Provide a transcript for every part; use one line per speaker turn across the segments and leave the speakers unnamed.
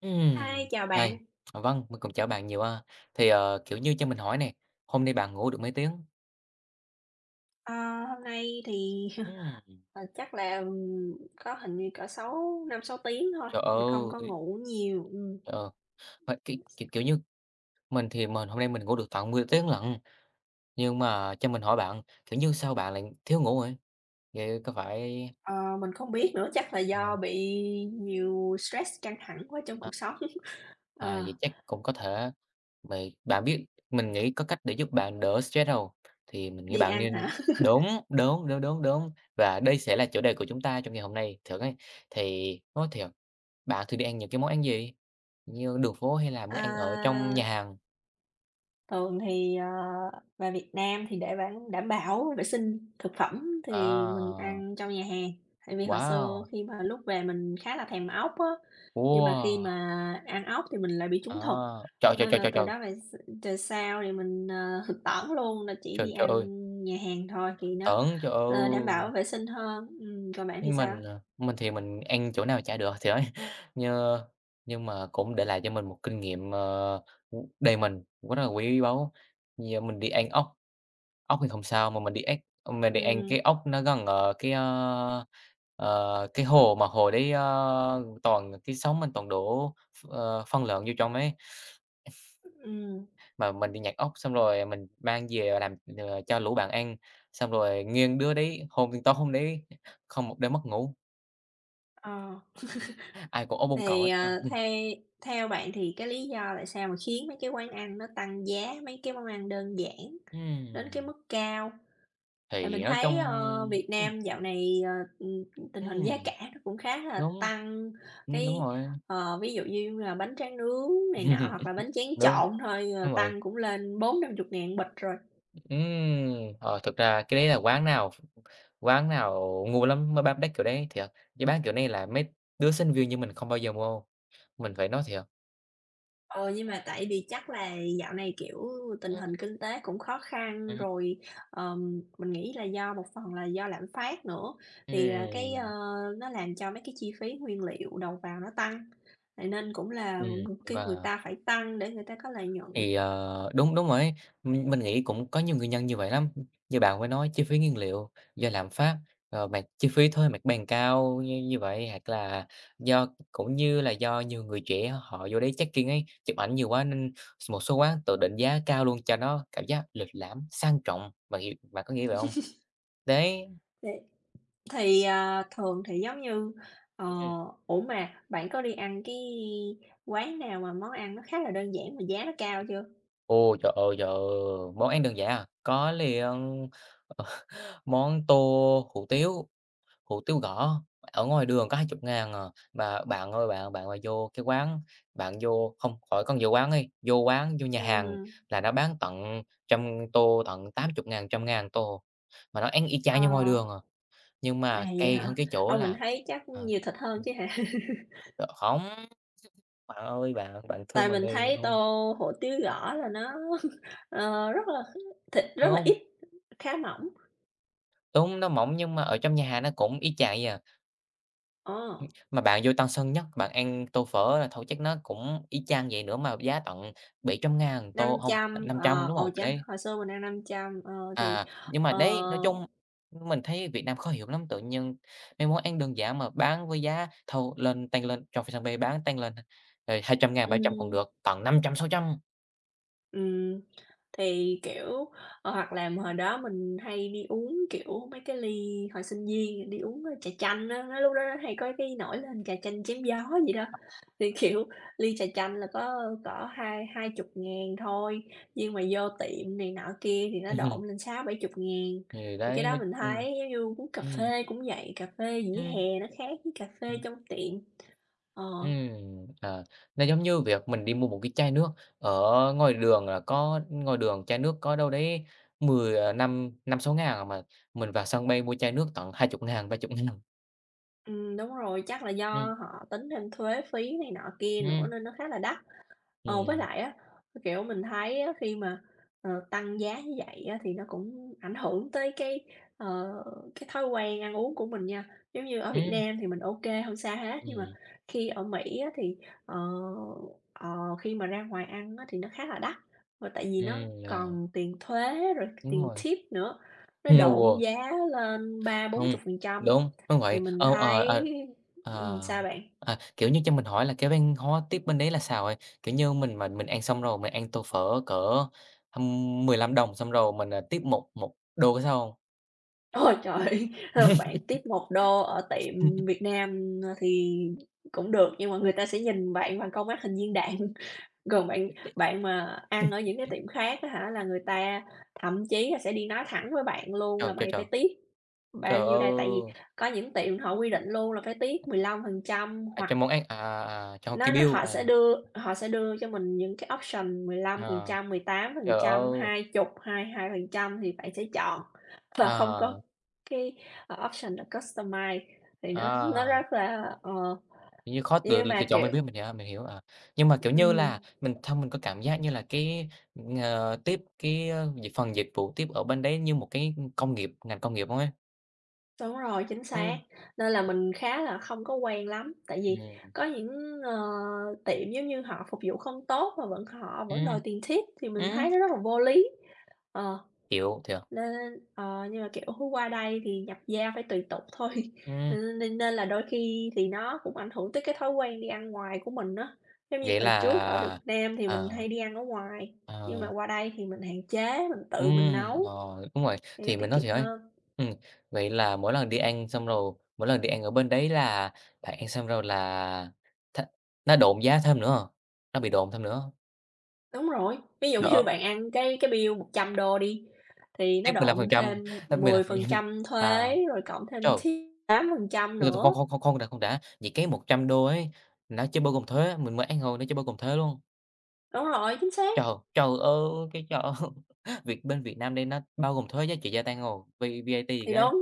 Ừm,
Hi, chào
hay.
bạn.
Vâng, mình cũng chào bạn nhiều ha. Kiểu như, cho mình hỏi nè, hôm nay bạn ngủ được mấy tiếng?
Ờ, hôm nay thì,
Ừm,
chắc là, có hình như cỡ sáu năm sáu tiếng thôi,
trời
mình không có
ơi!
ngủ nhiều.
Ờ, mà ki kiểu kiểu như, mình thì mình hôm nay mình ngủ được tận 10 tiếng lận, nhưng mà cho mình hỏi bạn, kiểu như, sao bạn lại thiếu ngủ vậy? Vậy có phải
Ờ, mình không biết nữa, chắc là
ờ,
do bị nhiều stress căng thẳng quá trong
à,
cuộc sống.
à,
Ờ,
vậy chắc cũng có thể. Vậy bạn biết mình nghĩ có cách để giúp bạn đỡ stress hông? Thì mình nghĩ
đi
bạn
ăn
nên
hả?
đúng, đúng, đúng, đúng, đúng, và đây sẽ là chủ đề của chúng ta trong ngày hôm nay. Thường ấy, thì nói thiệt, bạn thường đi ăn những cái món ăn gì? Như đường phố hay là bữa ăn ở trong
À
nhà hàng?
Thường thì, về Việt Nam thì để bản đảm bảo vệ sinh thực phẩm thì mình
À,
ăn trong nhà hàng. Tại vì hồi xưa
wow!
khi mà lúc về mình khá là thèm ốc á, nhưng mà khi
Wow!
mà ăn ốc thì mình lại bị
À,
trúng thực,
trời, trời,
nên
trời,
là
trời,
từ
trời!
đó về sau thì mình, thực tiễn luôn là chỉ
Trời,
đi
trời
ăn
ơi!
nhà hàng thôi thì nó,
Tưởng, trời
ờ, đảm
ơi!
bảo vệ sinh hơn. Còn bạn thì
Nhưng
sao?
mình, ờ, mình thì mình ăn chỗ nào chả được thì ấy, như nhưng mà cũng để lại cho mình một kinh nghiệm, đời mình cũng rất là quý báu. Như mình đi ăn ốc, ốc thì không sao, mà mình đi ếch mình đi ăn
Ừm,
cái ốc nó gần, cái hồ mà hồ đấy, ơ, toàn cái sóng mình toàn đổ phân lợn vô trong ấy,
ừm,
mà mình đi nhặt ốc xong rồi mình mang về làm, cho lũ bạn ăn, xong rồi nghiêng đứa đấy hôm tối hôm đấy không một đêm mất ngủ,
ờ.
ai cũng ốm bông cậu hết.
Thì, ờ, the Theo bạn thì cái lý do tại sao mà khiến mấy cái quán ăn nó tăng giá mấy cái món ăn đơn giản đến cái
Ừm,
mức cao? Tại mình
thì nói chung
thấy, Việt
ừm,
Nam dạo này, ừm, tình hình giá
ừm,
cả nó cũng khá là
đúng,
tăng,
đúng
cái,
rồi,
ví dụ như là bánh tráng nướng này nọ hoặc là bánh tráng
đúng,
trộn thôi,
đúng
ờ,
rồi,
tăng cũng lên bốn 000 chục ngàn bịch rồi.
ừm, thực ra cái đấy là quán nào ngu lắm mới bán bát kiểu đấy, thiệt, chứ bán kiểu này là mấy đứa sinh viên như mình không bao giờ mua, mình phải nói thiệt.
Ờ nhưng mà tại vì chắc là dạo này, kiểu, tình hình
Ừm,
kinh tế cũng khó khăn
ừm,
rồi, mình nghĩ là do một phần là do lạm phát nữa, thì, à, cái, ơ,
ừm,
nó làm cho mấy cái chi phí nguyên liệu đầu vào nó tăng, vậy nên cũng là
ừm,
cái người
và
ta phải tăng để người ta có lợi nhuận.
Đúng, đúng rồi ấy. Mình nghĩ cũng có nhiều nguyên nhân như vậy lắm. Như bạn mới nói chi phí nguyên liệu do lạm phát, rồi mặt chi phí thuê mặt bằng cao như như vậy, hoặc là do cũng như là do nhiều người trẻ họ vô đấy check-in ấy, chụp ảnh nhiều quá nên một số quán tự định giá cao luôn cho nó cảm giác lịch lãm, sang trọng, bạn hiểu bạn có nghĩ vậy không? Đấy,
Thì thì, à, thường thì giống như ờ,
ừm.
Ủa, mà bạn có đi ăn cái quán nào mà món ăn nó khá là đơn giản mà giá nó cao chưa?
Ồ, trời ơi, trời ơi! Món ăn đơn giản à, có liền món tô hủ tiếu. Hủ tiếu gõ ở ngoài đường có 20.000 à, mà bạn ơi bạn, bạn mà vô cái quán bạn vô không, khỏi con vô quán đi, vô quán, vô nhà hàng
Ừm,
là nó bán tận trăm tô, tận tám chục ngàn trăm ngàn tô, mà nó ăn y chang như ngoài
ờ.
đường à, nhưng
À,
mà
vậy
cay hơn
hả?
cái chỗ
Ô, mình
là
thấy chắc
ờ,
nhiều thịt hơn
ừm,
chứ hả?
ờ, hổng. Bạn ơi, bạn bạn thương
Tại
mình
mình
đi,
thấy tô
không
hủ tiếu gõ là nó, ờ, rất là thịt
đúng,
rất là
không,
ít, khá mỏng.
đúng, nó mỏng nhưng mà ở trong nhà hàng nó cũng y chang vậy à.
Ờ,
Mà bạn vô Tân Sơn Nhất, bạn ăn tô phở là thôi chắc nó cũng y chang vậy nữa mà giá tận 700.000 tô, hông,
500,
500 đúng
ồ,
hông?
cha,
Đấy,
hồi xưa mình ăn 500,
à, nhưng mà
ờ,
đấy, nói chung mình thấy Việt Nam khó hiểu lắm, tự nhiên mấy món ăn đơn giản mà bán với giá thâu lên tăng lên trong Vietcombank bán tăng lên, rồi hai trăm ngàn ba trăm còn
ừm
được, tận 500, 600.
Ừm, thì, kiểu, hoặc là hồi đó mình hay đi uống, kiểu, mấy cái ly hồi sinh viên đi uống, trà chanh á, nó lúc đó nó hay có cái nổi lên trà chanh chém gió gì đó, thì, kiểu, ly trà chanh là có hai hai chục ngàn thôi, nhưng mà vô tiệm này nọ kia thì nó độn lên sáu bảy chục ngàn.
Thì
Thì cái
đấy,
đó
nói
mình thấy giống như uống cà
ừm,
phê cũng vậy, cà phê vỉa
ừm,
hè nó khác với cà phê
ừm.
trong tiệm. Ờ,
Ừm, à, nó giống như việc mình đi mua một cái chai nước ở ngoài đường là có ngoài đường chai nước có đâu đấy 10 à, năm năm sáu ngàn à, mà mình vào sân bay mua chai nước tận 20.000, 30.000.
Đúng rồi, chắc là
Ừm,
do họ tính thêm thuế phí này nọ kia nữa
ừm,
nên nó khá là đắt. Ờ, với
ừm,
lại á, kiểu, mình thấy á khi mà, tăng giá như vậy á thì nó cũng ảnh hưởng tới ờ, cái thói quen ăn uống của mình nha. Giống như ở Việt
ừm,
Nam thì mình ok không hông sao hết, nhưng mà
ừm,
khi ở Mỹ á thì, ờ, ờ, khi mà ra ngoài ăn á thì nó khá là đắt, và tại vì nó
ừm, ờ,
còn tiền thuế rồi
đúng
tiền
rồi.
tip nữa, nó độn
Ừ,
giá lên ba bốn chục phần trăm
đúng, đúng
thì
vậy.
mình
Ờ, ờ,
thấy
ờ. Ờ,
sao bạn?
kiểu như, cho mình hỏi là cái văn hóa tiếp bên đấy là sao bạn? Kiểu như, mình mà mình ăn xong rồi mình ăn tô phở cỡ, hăm 15 đồng xong rồi mình, tiếp một một đô có sao không?
Ôi trời! Bạn tiếp 1 đô ở tiệm Việt Nam, thì cũng được, nhưng mà người ta sẽ nhìn bạn bằng con mắt hình viên đạn. Còn bạn Bạn mà ăn ở những cái tiệm khác á hả, là người ta thậm chí là sẽ đi nói thẳng với bạn luôn
Trời,
là
trời,
"Mày
trời!
phải tip
Trời
bao nhiêu đây?" Tại vì
ơi!
có những tiệm họ quy định luôn là phải tiết mười lăm tip 15%.
À, cho món ăn à, à, à, cho cái
Nó
bill,
Họ sẽ
à,
đưa họ sẽ đưa cho mình những cái option
ờ,
15%, 18%,
trời
phần trăm mười
ơi!
tám phần trăm, hai mươi, 22% thì bạn sẽ chọn và không
Ờ,
có cái, option là customize thì nó
à,
rất là,
kiểu như, khó lựa
nhưng
lựa
mà,
chọn, mình
kiểu,
biết, mình hiểu, à. Nhưng mà, kiểu như
ừm,
là, mình xong mình có cảm giác như là tiếp cái, ơ, phần dịch vụ tiếp ở bên đấy như một cái công nghiệp, ngành công nghiệp không ấy?
đúng rồi, chính xác,
Ừm,
nên là mình khá là không có quen lắm, tại vì
ừm.
có ờ, tiệm giống như họ phục vụ không tốt mà vẫn họ vẫn đòi
Ừm,
tiền tip thì mình
ừm,
thấy nó rất là vô lý. Ờ.
hiểu, hiểu.
Nên ờ, nhưng mà, kiểu, qua đây thì nhập gia phải tùy tục thôi,
Ừm,
nên nên nên là đôi khi thì nó cũng ảnh hưởng tới cái thói quen đi ăn ngoài của mình á. Giống như
vậy
hồi trước ở Việt
là
Nam thì mình
ờ,
hay đi ăn ở ngoài, nhưng mà
ờ,
qua đây thì mình hạn chế, mình tự mình
ừm,
nấu
rồi, đúng rồi,
thì nó
thì mình
tiết
nói thì
kiệm
nói
hơn.
ừm, vậy là mỗi lần đi ăn xong rồi mỗi lần đi ăn ở bên đấy là bạn ăn xong rồi là th nó độn giá thêm nữa hông? Nó bị độn thêm nữa hông?
Đúng rồi, ví dụ
Trời ơi,
như bạn ăn cái bill 100 đô đi, thì
tiếp
nó
mười lăm phần
độn
trăm
thêm
tiếp
mười phần
15%.
trăm
À,
thuế rồi cộng thêm
trời,
tip 8%
không
nữa.
không không không đã, không đã, vậy cái một trăm đô ấy, nó chưa bao gồm thuế, mình mới ăn rồi nó chưa bao gồm thuế luôn.
Đúng rồi, chính xác.
Trời, trời ơi! Cái chỗ Việt bên Việt Nam đây nó bao gồm thuế giá trị gia tăng rồi, V VAT gì
Thì
đó.
đúng,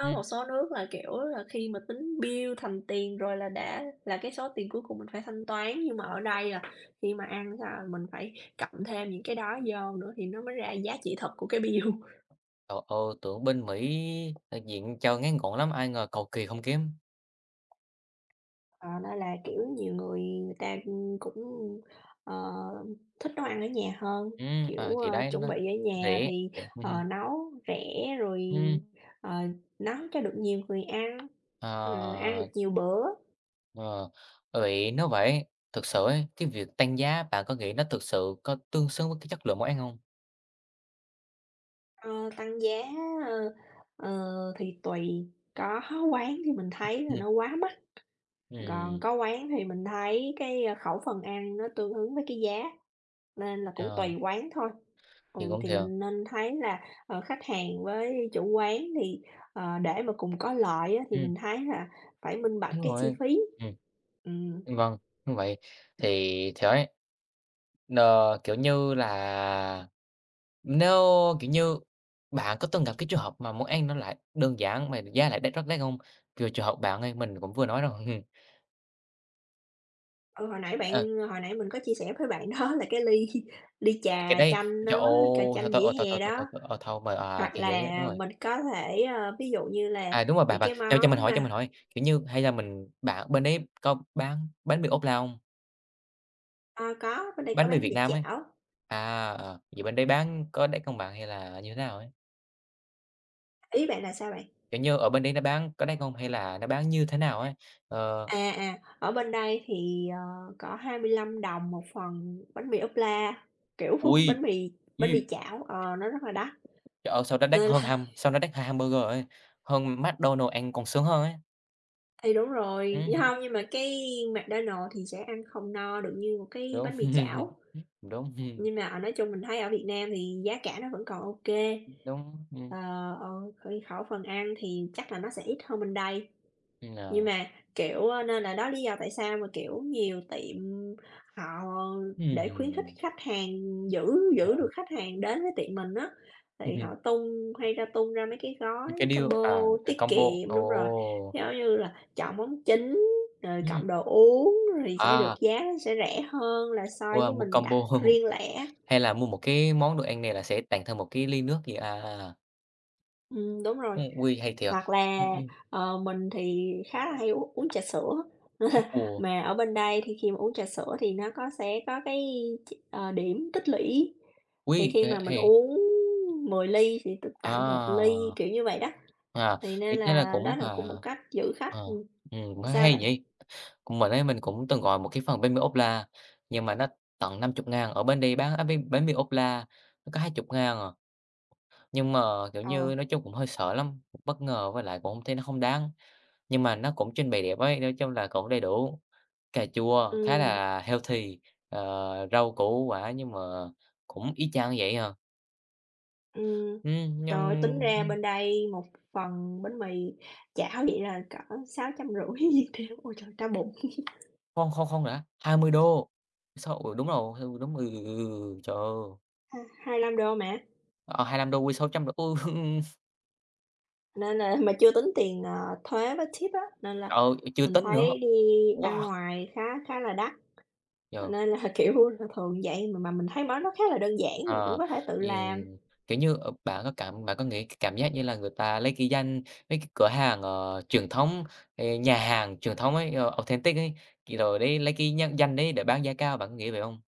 Ừm,
một số nước là, kiểu là, khi mà tính bill thành tiền rồi là đã là cái số tiền cuối cùng mình phải thanh toán, nhưng mà ở đây là khi mà ăn là mình phải cộng thêm những cái đó vô nữa thì nó mới ra giá trị thật của cái bill.
trời ơi, tưởng bên Mỹ đại diện cho ngắn gọn lắm, ai ngờ cầu kỳ không kém.
Ờ, nên là, kiểu, nhiều người người ta, cũng, ờ, thích nấu ăn ở nhà hơn, kiểu,
Thì đấy,
chuẩn
nó
bị ở nhà
rẻ,
thì,
rẻ, hưm,
ờ, nấu rẻ rồi,
ừm,
ờ, nấu cho được nhiều người ăn, ờ, ăn
ờ,
được nhiều bữa.
ờ. Vậy nếu vậy, thực sự ấy, cái việc tăng giá bạn có nghĩ nó thực sự có tương xứng với cái chất lượng món ăn không?
Ờ, tăng giá, ơ, ờ, thì tùy, có quán thì mình thấy là
Ừm,
nó quá mắc, còn
ừm,
có quán thì mình thấy khẩu phần ăn nó tương ứng với cái giá, nên là cũng
ờ,
tùy quán thôi. Ừ,
thì cũng
thì
thiệt.
mình nên thấy là, khách hàng với chủ quán thì, để mà cùng có lợi á, thì
Ừm,
mình thấy là phải minh bạch
đúng
cái chi
rồi,
phí.
ừm,
Ừm,
vâng, như vậy. Thì Ờ, kiểu như là, nếu, kiểu như, bạn có từng gặp cái trường hợp mà món ăn nó lại đơn giản mà giá lại đắt rất đắt không? Kiểu, trường hợp bạn ấy mình cũng vừa nói rồi.
ừ,
Ờ,
hồi nãy mình có chia sẻ với bạn đó là cái ly ly
cái
trà
đấy
chanh
trời ơi,
nó trà
thôi,
chanh
thôi,
vỉa
ờ, thôi,
hè
thôi, thôi,
đó.
thôi, ờ, thôi mà, à,
Hoặc
chị hiểu
là
nha, đúng rồi.
mình có thể, ví dụ như là
À, đúng rồi, bạn
những
bạn
cái
cho mình
món
hỏi cho
mà
mình hỏi, kiểu như, hay là mình bạn bên đấy có bán bánh mì ốp la không?
ờ, có, bên đây có
Bánh mì
bán
Việt
vịt
Nam ấy.
chảo.
À, ờ, vậy bên đấy bán có đắt hông bạn hay là như thế nào ấy?
Ý bạn là sao bạn?
Kiểu như, ở bên đấy nó bán có đắt hông hay là nó bán như thế nào ấy? Ờ.
À, à, ở bên đây thì, có 25 đồng một phần bánh mì ốp la, kiểu, bánh
Ui,
mì bánh mì
ui,
chảo, nó rất là đắt,
trời ơi, sao nó đắt
nên
hơn
là.
ham sao nó đắt hơn hamburger ấy, hơn McDonald's ăn còn sướng hơn ấy.
Thì đúng rồi,
Ừm,
nhưng không nhưng mà cái McDonald's thì sẽ ăn không no được như một cái
đúng,
bánh mì chảo.
đúng,
Nhưng mà, nói chung mình thấy ở Việt Nam thì giá cả nó vẫn còn ok kê,
đúng,
ờ, ờ, thì khẩu phần ăn thì chắc là nó sẽ ít hơn bên đây. Nhưng
à,
mà, kiểu, ơ, nên là đó lý do tại sao mà, kiểu, nhiều tiệm họ để khuyến khích
ừm,
khách hàng giữ giữ
ờ,
được khách hàng đến với tiệm mình á, thì
hừm,
họ tung ra mấy cái gói
những cái deal
combo
à, à,
tiết
combo,
kiệm đúng rồi,
ồ,
giống như là chọn món chính, rồi cộng
ừm,
đồ uống rồi sẽ được
à,
giá sẽ rẻ hơn là so
wow,
với
mua
mình
combo
đặt riêng lẻ.
hay là mua một cái món đồ ăn này là sẽ tặng thêm một cái ly nước gì, à, à, à,
Đúng rồi.
ui, hay thiệt.
Hoặc
Ừm,
là,
ừm,
mình thì khá là hay uống uống trà sữa,
ồ,
mà ở bên đây thì khi mà uống trà sữa thì nó có sẽ có điểm tích lũy, thì
ui,
khi
ê,
mà mình
hay
uống 10 ly thì được tặng một ly,
à!
kiểu như vậy đó,
À,
thì
thì
nên
thế là
là
cũng,
đó là cũng
à,
một cách giữ
ờ,
khách,
nói
sao
hay
bạn?
vậy. Còn mình ấy, mình cũng từng gọi một cái phần bánh mì ốp la, nhưng mà nó tận năm chục ngàn ở bên đây bán á bánh bánh mì ốp la nó có hai chục ngàn à. Nhưng mà, kiểu
Ờ.
như, nói chung cũng hơi sợ lắm, bất ngờ với lại cũng không thấy nó không đáng. Nhưng mà nó cũng trình bày đẹp ấy, nói chung là cũng đầy đủ, cà chua khá
Ừm,
là healthy, rau củ quả nhưng mà cũng y chang vậy hả?
ừm.
Nhưng
Trời ơi, tính
ừ.
ra bên đây một phần bánh mì chảo vậy là cỡ 650 Việt Nam, ôi trời, đau bụng,
Không, không, không đã, hai mươi đô. Sao ừ, đúng rồi, ừ, đúng, ừ, ừ, ừ, ừ, ừ, trời ơi,
25 đô mà.
ờ, $25 quy $600, ôi,
Nên là mà chưa tính tiền thuế với tip á, nên là
trời ơi, chưa
mình
tính nữa,
thấy đi ăn
wow,
ngoài khá khá là đắt,
yeah,
nên là, kiểu, là thường vậy mà mình thấy món nó khá là đơn giản, mình cũng
ờ,
có thể tự
thì,
làm.
kiểu như, ờ, bạn có cảm bạn có nghĩ cái cảm giác như là người ta lấy cái danh mấy cái cửa hàng, truyền thống, nhà hàng truyền thống ấy, authentic ấy, thì rồi đấy lấy cái nhân danh đấy để bán giá cao, bạn có nghĩ vậy không?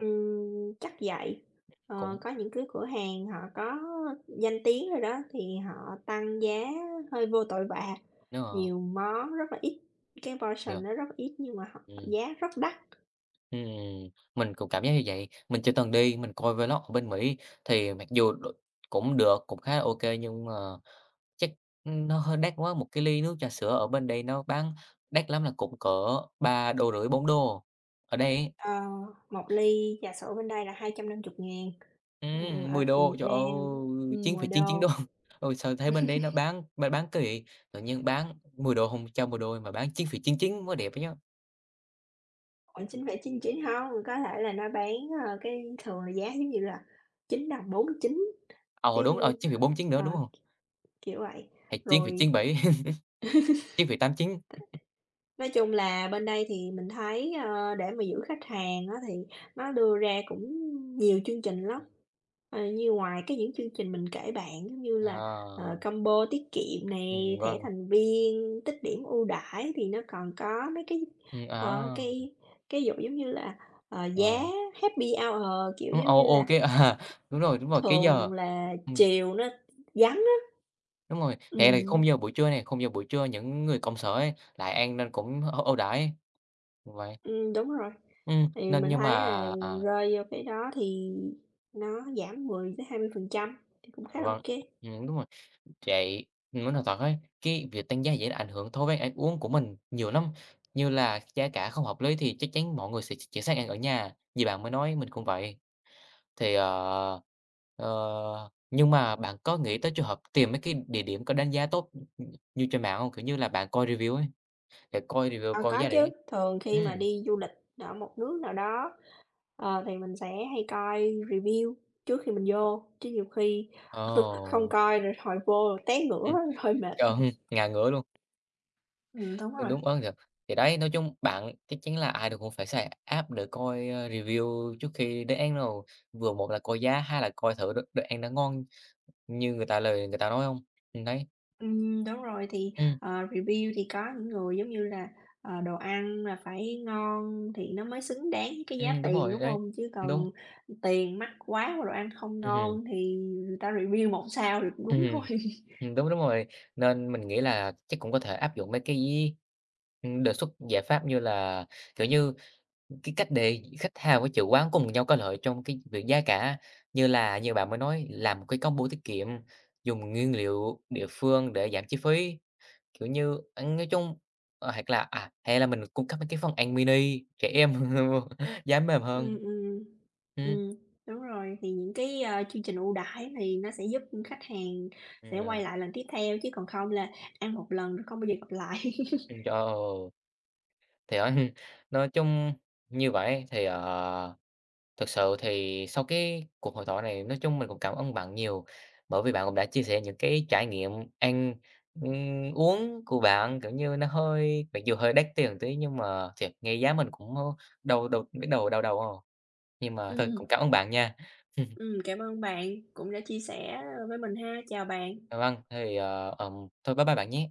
Chắc vậy. Ờ,
Cũng
có những cái cửa hàng họ có danh tiếng rồi đó, thì họ tăng giá hơi vô tội vạ,
đúng rồi,
nhiều món rất là ít, cái
yeah,
portion nó rất ít nhưng mà họ
ừm.
giá rất đắt.
Ừm, mình cũng cảm giác như vậy. Mình chưa từng đi, mình coi vlog ở bên Mỹ thì mặc dù đ cũng được, cũng khá là ô nhưng mà chắc nó hơi đắt quá, một cái ly nước trà sữa ở bên đây nó bán đắt lắm là cũng cỡ ba đô rưỡi bốn đô. Ở đây ấy
Ờ, 1 ly trà sữa bên đây là 250.000, ở tiền
$10,
Việt
trời
Nam,
ơi, chín phẩy
10
chín chín đô.
đô,
Ừ, sao thấy bên đấy nó bán kỳ. Tự nhiên bán $10 hông cho mười đô mà bán chín chín phẩy chín chín mới đẹp ấy nhá.
khoảng 9,99 hông, có thể là nó bán, cái thường là giá giống như là 9,49
Ờ, đúng,
chứ,
rồi, chín phẩy bốn chín nữa,
ờ,
đúng không?
kiểu vậy.
Hay
Rồi.
9,97, 9,89.
Nói chung là bên đây thì mình thấy, để mà giữ khách hàng á thì nó đưa ra cũng nhiều chương trình lắm. Ờ, như ngoài cái những chương trình mình kể bạn, giống như là,
Ờ,
combo tiết kiệm này thẻ
vâng.
thành viên, tích điểm ưu đãi thì nó còn có mấy cái, ờ,
À,
cái vụ giống như là, giá
ờ,
happy hour, kiểu,
đúng,
giống
ô
như
ô,
là,
cái à, đúng rồi, cái giờ
thường là
ừm,
chiều nó vắng á.
đúng rồi, hè này
Ừm.
khung giờ buổi trưa này khung giờ buổi trưa những người công sở ấy lại ăn nên cũng ưu ưu đãi, vậy.
Đúng rồi. Thì
Nên
mình
nhưng mà
thấy là
à,
rơi vô cái đó thì nó giảm 10-20% thì cũng
à,
khá là
vâng,
ok.
đúng rồi, vậy mình muốn nói thật ấy, cái việc tăng giá dễ ảnh hưởng thói quen ăn uống của mình nhiều lắm, như là giá cả không hợp lý thì chắc chắn mọi người sẽ ch chuyển sang ăn ở nhà, như bạn mới nói, mình cũng vậy. Thì, ờ, nhưng mà bạn có nghĩ tới trường hợp tìm mấy cái địa điểm có đánh giá tốt, như trên mạng hông? Kiểu như là, bạn coi review ấy, để coi review,
Ờ,
coi
có
giá
chứ,
rẻ.
thường khi mà
Ừm,
đi du lịch ở một nước nào đó, thì mình sẽ hay coi review trước khi mình vô, chứ nhiều khi
ồ,
không coi rồi hồi vô rồi té ngửa
ừm,
rồi mệt.
trời, hừm, ngà ngửa luôn.
Đúng
Ừ,
rồi.
đúng, ơ, thì đấy, nói chung bạn chắc chắn là ai rồi cũng phải xài app để coi, ơ, review trước khi đến ăn đâu, vừa một là coi giá, hai là coi thử đồ đồ ăn đã ngon như người ta lời người ta nói hông? Đấy,
Đúng rồi, thì,
ừm,
review thì có những người giống như là, đồ ăn là phải ngon thì nó mới xứng đáng với cái giá
đúng
tiền,
rồi,
đúng
đấy,
không? Chứ còn
đúng,
tiền mắc quá mà đồ ăn không
hừm,
ngon thì người ta review một sao thì cũng đúng
ừm.
thôi.
Đúng, đúng rồi. Nên mình nghĩ là chắc cũng có thể áp dụng mấy cái, đề xuất giải pháp như là, kiểu như, cái cách để khách hàng với chủ quán cùng nhau có lợi trong cái việc giá cả. Như là như bạn mới nói, làm một cái combo tiết kiệm, dùng nguyên liệu địa phương để giảm chi phí, kiểu như, ăn nói chung hoặc là, à, hay là mình cung cấp mấy cái phần ăn mini trẻ em giá mềm
Ừm,
hơn.
ừm,
Ừm,
ừm, đúng rồi, thì những cái, chương trình ưu đãi thì nó sẽ giúp khách hàng
ừm,
sẽ
ờ,
quay lại lần tiếp theo, chứ còn không là ăn một lần rồi không bao giờ gặp lại.
trời ơi. Thì á, nói chung như vậy thì, thực sự thì sau cái cuộc hội thoại này nói chung mình cũng cảm ơn bạn nhiều, bởi vì bạn cũng đã chia sẻ những cái trải nghiệm ăn, uống của bạn, kiểu như, nó hơi mặc dù hơi đắt tiền tí nhưng mà thiệt nghe giá mình cũng, đầu đầu biết đầu đau đầu không? Nhưng mà thôi
Ừm,
cũng cảm ơn bạn nha.
cảm ơn bạn cũng đã chia sẻ, với mình ha. Chào bạn.
Vâng, thôi bye bye bạn nhé.